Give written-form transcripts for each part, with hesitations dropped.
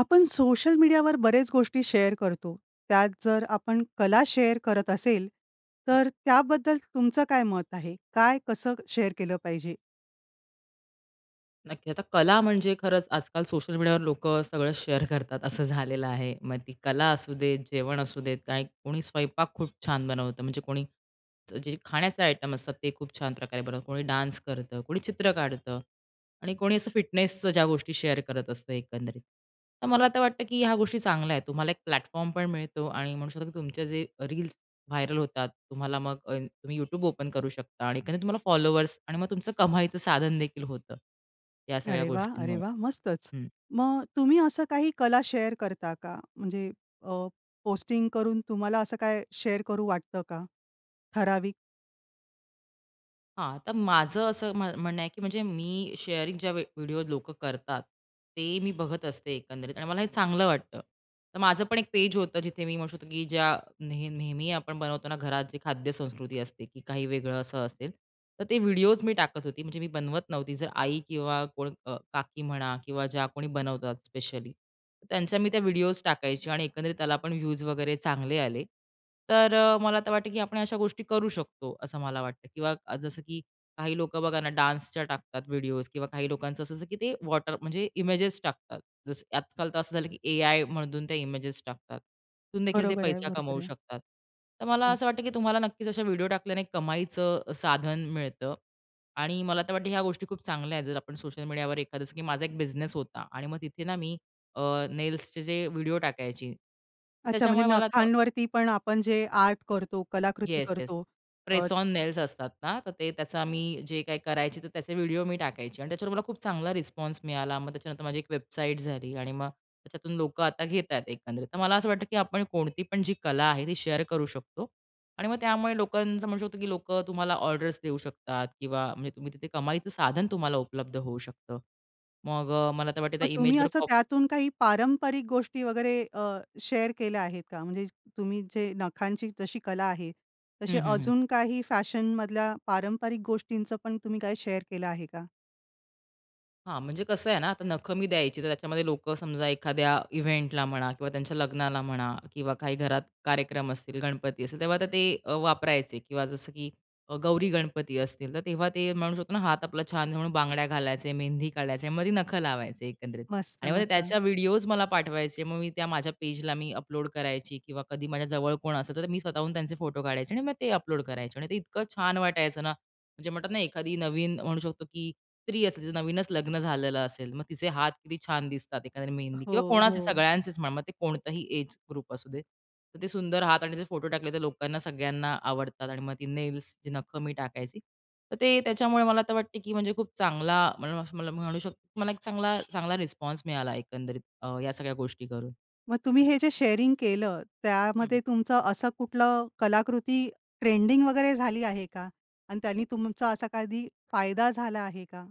आपण सोशल मीडियावर बरेच गोष्टी शेअर करतो. त्यात जर आपण कला शेअर करत असेल, हं, तर त्याबद्दल तुमचं काय मत आहे? काय, कसं शेअर केलं पाहिजे? नक्की. आता कला म्हणजे खरंच आजकाल सोशल मीडियावर लोकं सगळं शेअर करतात असं झालेलं आहे. मग ती कला असू देत, जेवण असू देत, काही कोणी स्वयंपाक खूप छान बनवतं. म्हणजे कोणी जे खाण्याचे आयटम असतात ते खूप छान प्रकारे बनवतं. कोणी डान्स करतं, कोणी चित्र काढतं आणि कोणी असं फिटनेसचं ज्या गोष्टी शेअर करत असतं एकंदरीत. तर मला आता वाटतं, की ह्या गोष्टी चांगल्या आहेत. तुम्हाला एक प्लॅटफॉर्म पण मिळतो आणि म्हणू शकतो, की तुमचे जे रील्स व्हायरल होतात. तुम्हाला मग तुम्ही YouTube ओपन करू शकता आणि एकंदरीत तुम्हाला फॉलोअर्स आणि मग तुमचं कमाईचं साधन देखील होतं, या सगळ्या अरे वाह! अरे गोष्टींमुळे. वाह! मस्तच. हं. मग तुम्ही असं काही कला शेअर करता का? म्हणजे अ, पोस्टिंग करून तुम्हाला असं काय शेअर करू वाटतं का? ठराविक तर माझं असं म्हणणं आहे, की म्हणजे मी शेअरिंग ज्या व्हिडिओ लोकं करतात, ते मी बघत असते एकंदरीत आणि मला हे चांगलं वाटतं. तर माझं पण एक पेज होतं, जिथे मी म्हणू शकतो, की ज्या नेहमी आपण बनवतो ना, घरात जे खाद्यसंस्कृती असते, की काही वेगळं असं असेल, तर ते व्हिडिओज मी टाकत होती. म्हणजे मी बनवत नव्हती. जर आई किंवा कोण काकी म्हणा किंवा ज्या कोणी बनवतात स्पेशली, त्यांच्या मी त्या व्हिडिओज टाकायची आणि एकंदरीत त्याला पण व्ह्यूज वगैरे चांगले आले. तर मला तर वाटतं की आपण अशा गोष्टी करू शकतो, असं मला वाटतं किंवा जसं की काही लोकं बघा ना डान्सच्या टाकतात व्हिडिओज किंवा काही लोकांचं असं असतं की ते वॉटर म्हणजे इमेजेस टाकतात. जसं आजकाल तर असं झालं की एआय मधून त्या इमेजेस टाकतात. तिथून देखील ते बरोबर आहे, पैसा कमवू बरोबर आहे. शकतात. तर मला हो. असं वाटतं की तुम्हाला नक्कीच अशा व्हिडिओ टाकल्याने कमाईचं साधन मिळतं आणि मला तर वाटतं ह्या गोष्टी खूप चांगल्या आहेत. जर आपण सोशल मीडियावर एखादं जसं की माझा एक बिझनेस होता आणि मग तिथे ना मी नेल्सचे जे व्हिडिओ टाकायची. तर अच्छा म्हणजे त्याच्यामुळे मला आता नखांवरती पण आपण जे आर्ट करतो, कलाकृती येस, येस. करतो. अ प्रेस ऑन नेल्स असतात ना, तर ते त्याचा मी जे काही करायची, तर त्याचे व्हिडिओ मी टाकायची आणि त्याच्यावर मला खूप चांगला रिस्पॉन्स मिळाला. मग त्याच्यानंतर माझी एक वेबसाईट झाली आणि मग त्याच्यातून लोकं आता घेतायत एकंदरीत. तर मला असं वाटतं, की आपण कोणती पण जी कला आहे, ती शेअर करू शकतो आणि मग त्यामुळे लोकांचं म्हणू शकतो, की लोकं तुम्हाला ऑर्डर्स देऊ शकतात किंवा म्हणजे तुम्ही तिथे कमाईचं साधन तुम्हाला उपलब्ध होऊ शकतं. मग मला तर वाटतं त्या मग तुम्ही इमेजवर असं कॉप त्यातून काही पारंपरिक गोष्टी वगैरे शेअर केल्या आहेत का? म्हणजे तुम्ही जे नखांची जशी कला आहे, तसे अजून काही फॅशनमधल्या पारंपरिक गोष्टींचं पण तुम्ही काही शेअर केलं आहे का? हां, म्हणजे कसं आहे ना, आता नखं मी द्यायची, तर त्याच्यामध्ये लोकं समजा एखाद्या इव्हेंटला म्हणा किंवा त्यांच्या लग्नाला म्हणा किंवा काही घरात कार्यक्रम असतील, गणपती असेल, तेव्हा तर ते वापरायचे किंवा जसं की गौरी गणपती असतील, तर तेव्हा ते म्हणू शकतो ना, हात आपला छान म्हणून बांगड्या घालायचे, मेहंदी काढायचे आणि मग ती नखं लावायचे एकंदरीत. मस्त, आणि मग ते मस्त. त्याच्या व्हिडिओज मला पाठवायचे. मग मी त्या माझ्या पेजला मी अपलोड करायची किंवा कधी माझ्या जवळ कोण असेल, तर मी स्वतःहून त्यांचे फोटो काढायचे आणि मग ते अपलोड करायचे आणि ते इतकं छान वाटायचं ना, म्हणजे म्हणतात ना, एखादी नवीन म्हणू शकतो की स्त्री असेल, तिचं नवीनच लग्न झालेलं असेल, मग तिचे हात किती छान दिसतात, एखाद्याने मेहंदी हो, किंवा कोणाचे हो. सगळ्यांचेच म्हणा, मग ते कोणताही एज ग्रुप असू दे. तर ते सुंदर हात आणि त्याचे फोटो टाकले, तर लोकांना सगळ्यांना आवडतात आणि मग ती नेल्स, जी नखं मी टाकायची. तर ते त्याच्यामुळे मला तर वाटते, की म्हणजे खूप चांगला मला मला म्हणू शकतो, की मला एक चांगला चांगला रिस्पॉन्स मिळाला एकंदरीत या सगळ्या गोष्टी करून. मग तुम्ही हे जे शेअरिंग केलं, हं. त्यामध्ये तुमचं असं कुठलं कलाकृती ट्रेंडिंग वगैरे झाली आहे का? आणि त्यांनी तुमचा असा कधी फायदा झाला आहे का?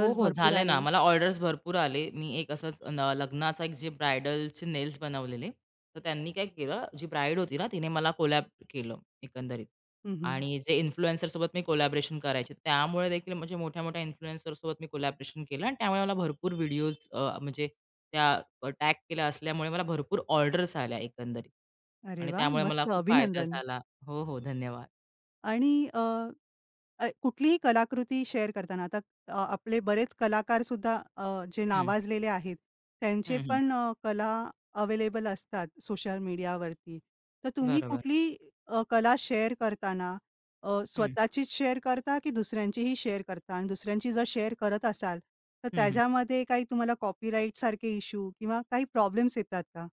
हो, हो. भरपूर झालंय ना. आले? मला ऑर्डर्स भरपूर आले. मी एक असंच न लग्नाचा एक जे ब्रायडलचे नेल्स बनवलेले. तर त्यांनी काय केलं, जी ब्राईड होती ना, तिने मला कोलॅब केलं एकंदरीत. हं, हं. आणि जे इन्फ्लुएन्सरसोबत मी कोलॅबोरेशन करायचे. त्यामुळे देखील म्हणजे मोठ्या-मोठ्या इन्फ्लुएन्सरसोबत मी कोलॅबोरेशन केलं आणि त्यामुळे मला भरपूर व्हिडिओज म्हणजे त्या टॅग केल्या असल्यामुळे मला भरपूर ऑर्डर्स आल्या एकंदरीत. अरे आणि वाह! त्यामुळे मला मस्त. खूप फायदा अभिनंदन. झाला. हो, हो. धन्यवाद. आणि अ अ, कुठलीही कलाकृती शेअर करताना आता आपले बरेच कलाकारसुद्धा जे हं. नावाजलेले आहेत, त्यांचे हं, हं. पण कला अवेलेबल असतात सोशल मीडियावरती. तर तुम्ही बरोबर. कुठली कला शेअर करताना हं. स्वतःचीच शेअर करता, की दुसऱ्यांचीही शेअर करता? आणि दुसऱ्यांची जर शेअर करत असाल, तर हं, हं. त्याच्यामध्ये काही तुम्हाला कॉपीराईट सारखे इश्यू किंवा काही प्रॉब्लेम्स येतात का?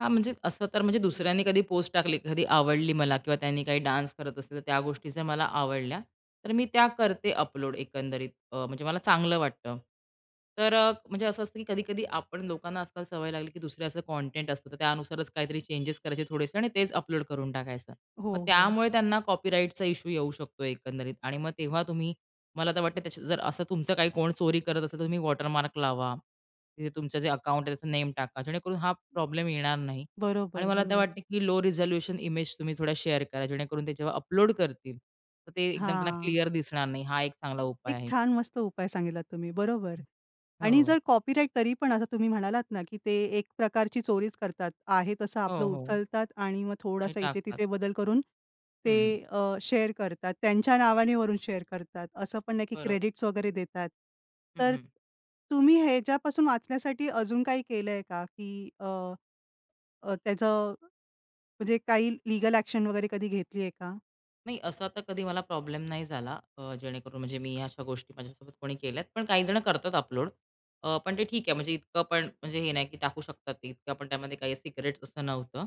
म्हणजे असं तर म्हणजे दुसऱ्यांनी कधी पोस्ट टाकली, कधी आवडली मला किंवा त्यांनी काही डान्स करत असेल, तर त्या गोष्टी जर मला आवडल्या, तर मी त्या करते अपलोड एकंदरीत. म्हणजे मला चांगलं वाटतं. तर म्हणजे असं असतं की कधी-कधी आपण लोकांना आजकाल सवय लागली की दुसऱ्याचं कंटेंट असतं, तर त्यानुसारच काहीतरी चेंजेस करायचे थोडेसे आणि तेच अपलोड करून टाकायचं. हो, मग हो. त्यामुळे त्यांना कॉपीराईटचा इश्यू येऊ शकतो एकंदरीत आणि मग तेव्हा तुम्ही मला तर वाटतं त्याच्या जर असं तुमचं काही कोण चोरी करत असेल, तर तुम्ही वॉटरमार्क लावा तिथे तुमचं जे अकाउंट आहे त्याचं नेम टाका, जेणेकरून हा प्रॉब्लेम येणार नाही. आणि बरोबर, मला तर बरोबर. वाटते की लो रिझोल्यूशन इमेज तुम्ही थोड्या शेअर करा, जेणेकरून ते जेव्हा अपलोड करतील, तर ते एकदम त्यांना हां. क्लिअर दिसणार नाही. हा एक चांगला उपाय एक आहे. छान मस्त उपाय सांगितलात तुम्ही. बरोबर. आणि हो. जर कॉपीराईट तरी पण आता तुम्ही म्हणालात ना, की ते एक प्रकारची चोरीच करतात. आहे तसं आपलं हो, हो. उचलतात आणि मग आणि थोडासा टाकतात. इथे-तिथे बदल करून ते हं, हं. शेअर करतात. त्यांच्या नावाने वरून शेअर करतात. असं पण नाही की बरोबर. क्रेडिट्स वगैरे देतात. हं, तर हं. तुम्ही ह्याच्यापासून वाचण्यासाठी अजून काही केलंय का? की त्याचं म्हणजे काही लीगल ॲक्शन वगैरे कधी घेतली आहे का? नाही असा तर कधी मला प्रॉब्लेम नाही झाला जेणेकरून म्हणजे मी ह्या अशा गोष्टी माझ्यासोबत कोणी केल्यात. पण काही जण करतात अपलोड. पण ते ठीक आहे म्हणजे इतकं पण म्हणजे हे नाही की टाकू शकतात ते. इतकं पण त्यामध्ये काही सिक्रेट्स असं नव्हतं.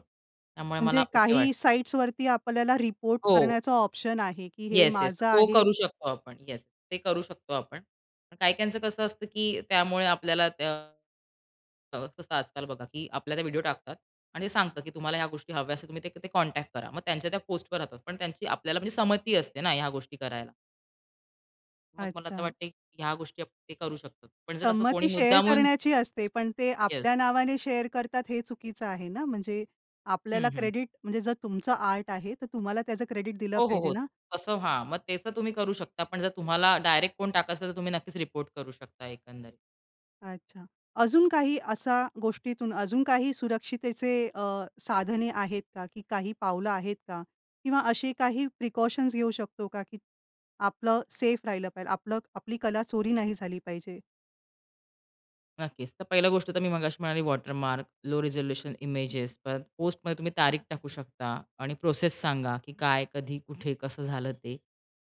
त्यामुळे मला म्हणजे ओके काही वाटलं. साइट्सवरती आपल्याला रिपोर्ट हो. करण्याचा ऑप्शन आहे, की हे येस, येस. माझं तो आहे. करू शकतो आपण. येस, ते करू शकतो आपण. पण काही-काहींचं कसं असतं, की त्यामुळे आपल्याला त्या कसं आजकाल बघा, की आपल्या त्या व्हिडिओ टाकतात आणि ते सांगतं, की तुम्हाला ह्या गोष्टी हव्या असतील, तुम्ही ते कॉन्टॅक्ट करा. मग त्यांच्या त्या पोस्टवर राहतात. पण त्यांची आपल्याला म्हणजे संमती असते ना ह्या गोष्टी करायला. मग मला तर अच्छा. वाटते की ह्या गोष्टी ते करू शकतात. पण जर असं संमती कोणी शेअर मुद्दामून करण्याची असते, पण ते येस. आपल्या नावाने शेअर करतात हे चुकीचं आहे ना. म्हणजे आपल्याला क्रेडिट म्हणजे जर तुमचं आर्ट आहे, तर तुम्हाला त्याचं क्रेडिट दिलं हो, हो, पाहिजे हो. ना? तसं हां, मग त्याचं तुम्ही करू शकता. पण जर तुम्हाला डायरेक्ट कोण टाकायचं, तर तुम्ही नक्कीच रिपोर्ट करू शकता एकंदरीत. अच्छा. अजून काही अशा गोष्टीतून अजून काही सुरक्षितेचे साधने आहेत का? की काही पावलं आहेत का? किंवा असे काही प्रिकॉशन्स घेऊ शकतो का, की आपलं सेफ राहिलं पाहिजे, आपलं आपली कला चोरी नाही झाली पाहिजे? नक्कीच. तर पहिली गोष्ट तर मी मगाशी म्हणाली वॉटरमार्क, लो रिझोल्यूशन इमेजेस, परत पोस्टमध्ये तुम्ही तारीख टाकू शकता आणि प्रोसेस सांगा, की काय, कधी, कुठे, कसं झालं ते.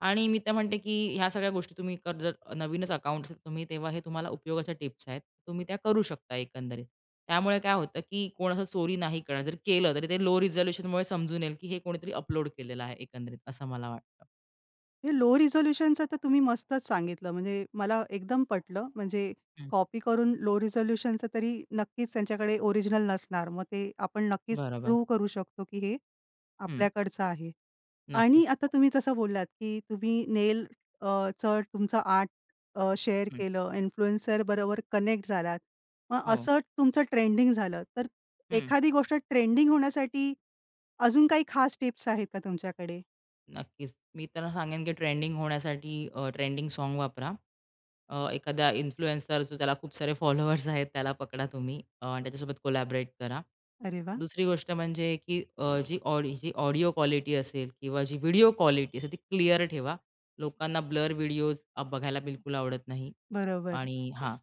आणि मी तर म्हणते, की ह्या सगळ्या गोष्टी तुम्ही कर जर नवीनच अकाउंट असेल तुम्ही तेव्हा हे तुम्हाला उपयोगाच्या टिप्स आहेत. तुम्ही त्या करू शकता एकंदरीत. त्यामुळे काय होतं, की कोण असं चोरी नाही करणार. जर केलं तरी ते लो रिझोल्यूशनमुळे समजून येईल, की हे कोणीतरी अपलोड केलेलं आहे एकंदरीत असं मला वाटतं. हे लो रिझोल्यूशनचं तर तुम्ही मस्तच सांगितलं. म्हणजे मला एकदम पटलं. म्हणजे हं. कॉपी करून लो रिझोल्यूशनचं तरी नक्कीच त्यांच्याकडे ओरिजिनल नसणार. मग ते आपण नक्कीच बरोबर. प्रूव्ह करू शकतो, की हे हं. आपल्याकडचं आहे. आणि नक्कीच. आता तुम्ही जसं बोललात, की तुम्ही नेल अ, तुमचं आर्ट शेअर हं. केलं, इन्फ्लुएन्सर बरोबर कनेक्ट झालात. मग हो. असं तुमचं ट्रेंडिंग झालं, तर हं. एखादी गोष्ट ट्रेंडिंग होण्यासाठी अजून काही खास टिप्स आहेत का तुमच्याकडे? नक्कीच. मी तर सांगेन, की ट्रेंडिंग होण्यासाठी ट्रेंडिंग साँग वापरा. एखादा इन्फ्लुएन्सर जो त्याला खूप सारे फॉलोअर्स आहेत, त्याला पकडा तुम्ही आणि त्याच्यासोबत कोलॅबोरेट करा. अरे वाह! दुसरी गोष्ट म्हणजे, की जी ऑडिओ क्वालिटी असेल किंवा जी व्हिडिओ क्वालिटी असेल, ती क्लिअर ठेवा. लोकांना ब्लर व्हिडिओज बघायला बिलकुल आवडत नाही. बरोबर. आणि हां,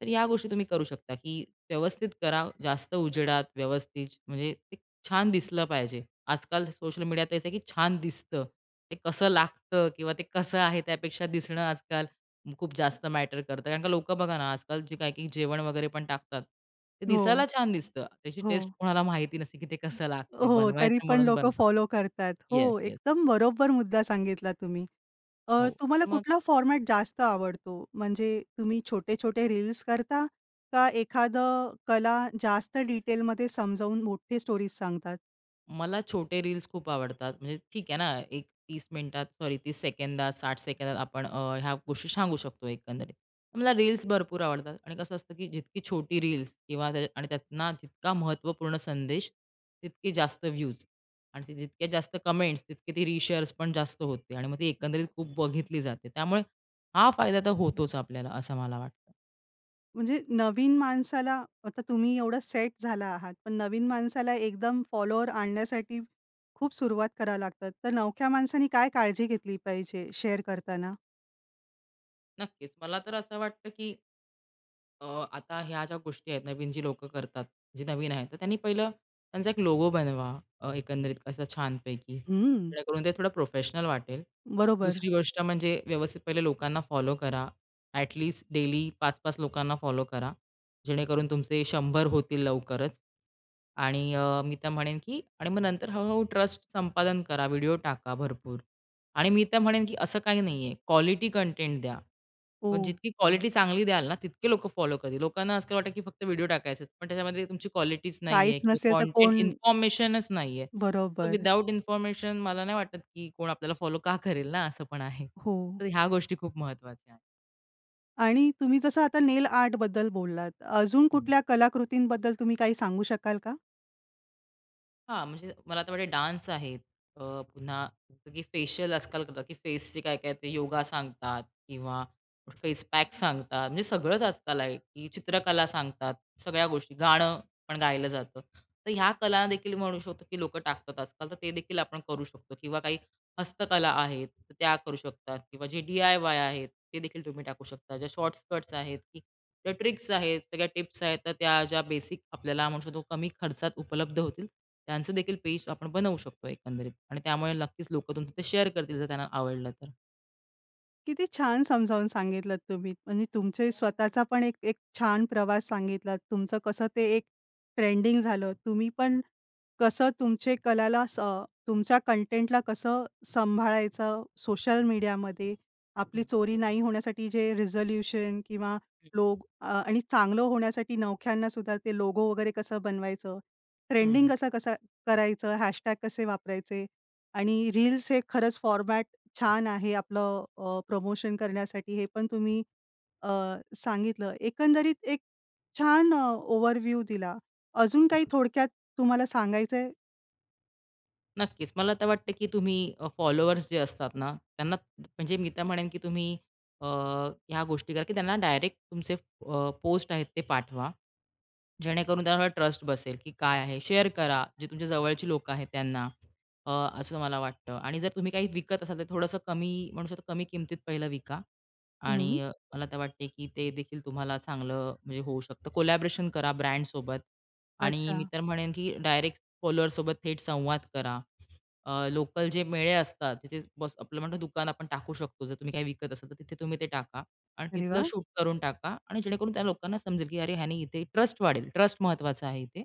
तर ह्या गोष्टी तुम्ही करू शकता, की व्यवस्थित करा. जास्त उजेडात व्यवस्थित म्हणजे ते छान दिसलं पाहिजे. आजकाल सोशल मीडियात तेच आहे, की छान दिसतं. ते कसं लागतं किंवा ते कसं आहे त्यापेक्षा दिसणं आजकाल खूप जास्त मॅटर करतं. कारण का लोकं बघा ना, आजकाल जे काही काही जेवण वगैरे पण टाकतात, ते हो. दिसायला छान दिसतं. त्याची हो. टेस्ट कोणाला माहिती नसते, की ते कसं लागतंय. हो, तरी बनवायचं पण म्हणून लोकं बनवतात. फॉलो करतात. हो, येस, येस. एकदम बरोबर मुद्दा सांगितला तुम्ही. अ, हो. तुम्हाला तर मग कुठला फॉर्मॅट जास्त आवडतो? म्हणजे तुम्ही छोटे-छोटे रील्स करता का एखादं कला जास्त डिटेलमध्ये समजावून मोठी स्टोरीज सांगतात? मला छोटे रील्स खूप आवडतात. म्हणजे ठीक आहे ना, एक 30 मिनिटात सॉरी 30 सेकंदात, 60 सेकंदात आपण ह्या गोष्टी सांगू शकतो एकंदरीत. तर मला रील्स भरपूर आवडतात आणि कसं असतं, की जितकी छोटी रील्स किंवा त्या आणि त्यातना जितका महत्त्वपूर्ण संदेश, तितके जास्त व्ह्यूज आणि ते जितके जास्त कमेंट्स, तितके ती रीशेअर्स पण जास्त होते आणि मग ती एकंदरीत खूप बघितली जाते. त्यामुळे हा फायदा तर होतोच आपल्याला, असं मला वाटतं. म्हणजे नवीन माणसाला आता तुम्ही एवढं सेट झाला आहात, पण नवीन माणसाला एकदम फॉलोवर आणण्यासाठी खूप सुरुवात करावी लागतात. तर नवख्या माणसाने काय काळजी घेतली पाहिजे शेअर करताना? नक्कीच. मला तर असं वाटतं, की अ, आता ह्या ज्या गोष्टी आहेत नवीन जी लोकं करतात, जे नवीन आहेत, तर त्यांनी पहिलं त्यांचा एक लोगो बनवा एकंदरीत असा छानपैकी. हं, जेणेकरून ते थोडं प्रोफेशनल वाटेल. बरोबर. दुसरी गोष्ट म्हणजे व्यवस्थित पहिले लोकांना फॉलो करा. ॲट डेली 5-5 लोकांना फॉलो करा. जेणेकरून तुमचे 100 होतील लवकरच. आणि मी तर म्हणेन की आणि मग नंतर हळू ट्रस्ट संपादन करा. व्हिडिओ टाका भरपूर. आणि मी तर म्हणेन, की असं काही नाहीये. क्वालिटी कंटेंट द्या. हो. मग जितकी क्वालिटी चांगली द्याल ना, तितके लोकं फॉलो करतील. लोकांना आजकाल वाटतं, की फक्त व्हिडिओ टाकायचे आहेत. पण त्याच्यामध्ये तुमची क्वालिटीच काहीच नाहीये नसेल किंवा तर कंटेंट कोण इन्फॉर्मेशनच नाहीये. तर बरोबर. विदाऊट इन्फॉर्मेशन मला नाही वाटत, की कोण आपल्याला फॉलो का करेल ना, असं पण आहे. हो. तर ह्या गोष्टी खूप महत्त्वाच्या आहेत. आणि तुम्ही जसं आता नेल आर्टबद्दल बोललात. अजून कुठल्या कलाकृतींबद्दल तुम्ही काही सांगू शकाल का? हां, म्हणजे मला तर वाटते डान्स आहेत. अ, पुन्हा जसं की फेशियल आजकाल करतात, की फेसचे काय-काय ते योगा सांगतात किंवा फेस पॅक सांगतात. म्हणजे सगळंच आजकाल आहे, की चित्रकला सांगतात, सगळ्या गोष्टी. गाणं पण गायलं जातं. तर ह्या कला देखील म्हणू शकतो, की लोकं टाकतात आजकाल. तर ते देखील आपण करू शकतो किंवा काही हस्तकला आहेत, तर त्या करू शकतात किंवा जे डी-आय-वाय आहेत, ते देखील तुम्ही टाकू शकता. ज्या शॉर्ट स्कर्ट्स आहेत, त्या ट्रिक्स आहेत, सगळ्या टिप्स आहेत. तर त्या ज्या बेसिक आपल्याला म्हणू शकतो कमी खर्चात उपलब्ध होतील, त्यांचं देखील पेज आपण बनवू शकतो एकंदरीत आणि त्यामुळे नक्कीच लोकं तुमचं ते शेअर करतील जर त्यांना आवडलं तर. किती छान समजावून सांगितलत तुम्ही. म्हणजे तुमचे स्वतःचा पण एक एक छान प्रवास सांगितलात. तुमचं कसं ते एक ट्रेंडिंग झालं. तुम्ही पण कसं तुमचे कलाला स तुमच्या कंटेंटला कसं सांभाळायचं सोशल मीडियामध्ये. आपली हं. चोरी नाही होण्यासाठी जे रिझोल्यूशन किंवा लोग आणि चांगलं होण्यासाठी नवख्यांना सुद्धा ते लोगो वगैरे कसं बनवायचं. हं, ट्रेंडिंग हं, कसं कसं करायचं, हॅशटॅग कसे वापरायचे आणि रील्स हे खरंच फॉर्मॅट छान आहे आपलं प्रमोशन करण्यासाठी हे पण तुम्ही अ, सांगितलं. एकंदरीत एक छान ओव्हरव्ह्यू दिला. अजून काही थोडक्यात तुम्हाला सांगायचंय? नक्कीच. मला तर वाटतं, की तुम्ही फॉलोअर्स जे असतात ना, त्यांना म्हणजे मी तर म्हणेन, की तुम्ही अ, ह्या गोष्टी करा, की त्यांना डायरेक्ट तुमचे पोस्ट आहेत ते पाठवा जेणेकरून त्याला ट्रस्ट बसेल, की काय आहे. शेअर करा, जे तुमच्या जवळची लोकं आहेत त्यांना. अ, असं मला वाटतं आणि जर तुम्ही काही विकत असाल, तर थोडंसं कमी म्हणू शकतो कमी किमतीत पहिलं विका आणि हं. मला तर वाटते, की ते देखील तुम्हाला चांगलं म्हणजे होऊ शकतं. कोलॅबोरेशन करा ब्रँडसोबत आणि अच्छा. मी तर म्हणेन, की डायरेक्ट फॉलोअरसोबत थेट संवाद करा. लोकल जे मेळे असतात, तिथे बस आपलं म्हणतो दुकान आपण टाकू शकतो. जर तुम्ही काही विकत असाल, तर तिथे तुम्ही ते टाका. आणि अरे तिथलं वाह! शूट करून टाका आणि जेणेकरून त्या लोकांना समजेल, की अरे ह्याने इथे ट्रस्ट वाढेल. ट्रस्ट महत्वाचा आहे इथे.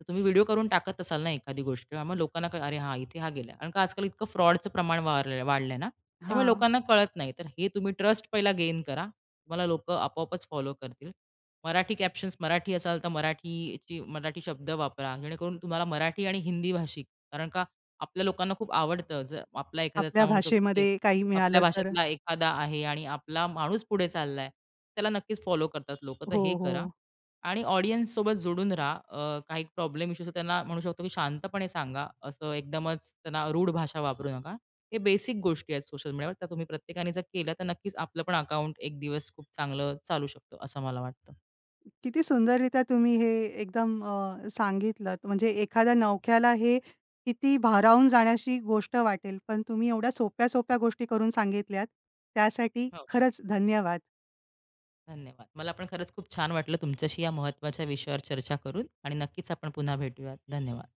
तर तुम्ही व्हिडिओ करून टाकत असाल ना एखादी गोष्ट, मग लोकांना कळेल, "अरे हां, इथे हा गेला." कारण का आजकाल इतकं फ्रॉडचं प्रमाण वाढलंय वाढलंय ना, त्यामुळे हां. लोकांना कळत नाही. तर हे तुम्ही ट्रस्ट पहिला गेन करा. तुम्हाला लोकं आपोआपच फॉलो करतील. मराठी कॅप्शन्स मराठी असाल तर मराठीची मराठी शब्द वापरा, जेणेकरून तुम्हाला मराठी आणि हिंदी भाषिक कारण का आपल्या लोकांना खूप आवडतं. जर आपला आपल्या एखाद्याचा म्हणू शकतो, भाषेमध्ये काही आपल्या मिळालं तर भाषेतला एखादा आहे आणि आपला माणूस पुढे चाललाय, त्याला नक्कीच फॉलो करतात लोकं. तर हो, हे हो. करा आणि ऑडियन्ससोबत जोडून राहा. काही प्रॉब्लेम इश्यूज त्यांना म्हणू शकतो, की शांतपणे सांगा. असं एकदमच त्यांना रूढ भाषा वापरू नका. हे बेसिक गोष्टी आहेत सोशल मीडियावर. त्या तुम्ही प्रत्येकाने जर केल्या, तर नक्कीच आपलं पण अकाउंट एक दिवस खूप चांगलं चालू शकतं, असं मला वाटतं. किती सुंदररीत्या तुम्ही हे एकदम सांगितलत. म्हणजे एखाद्या नवख्याला हे किती भारावून जाण्याची गोष्ट वाटेल, पण तुम्ही एवढ्या सोप्या-सोप्या गोष्टी करून सांगितल्यात. त्यासाठी हो, हो. खरंच धन्यवाद. धन्यवाद. मला पण खरंच खूप छान वाटलं तुमच्याशी या महत्त्वाच्या विषयावर चर्चा करून आणि नक्कीच आपण पुन्हा भेटूयात. धन्यवाद.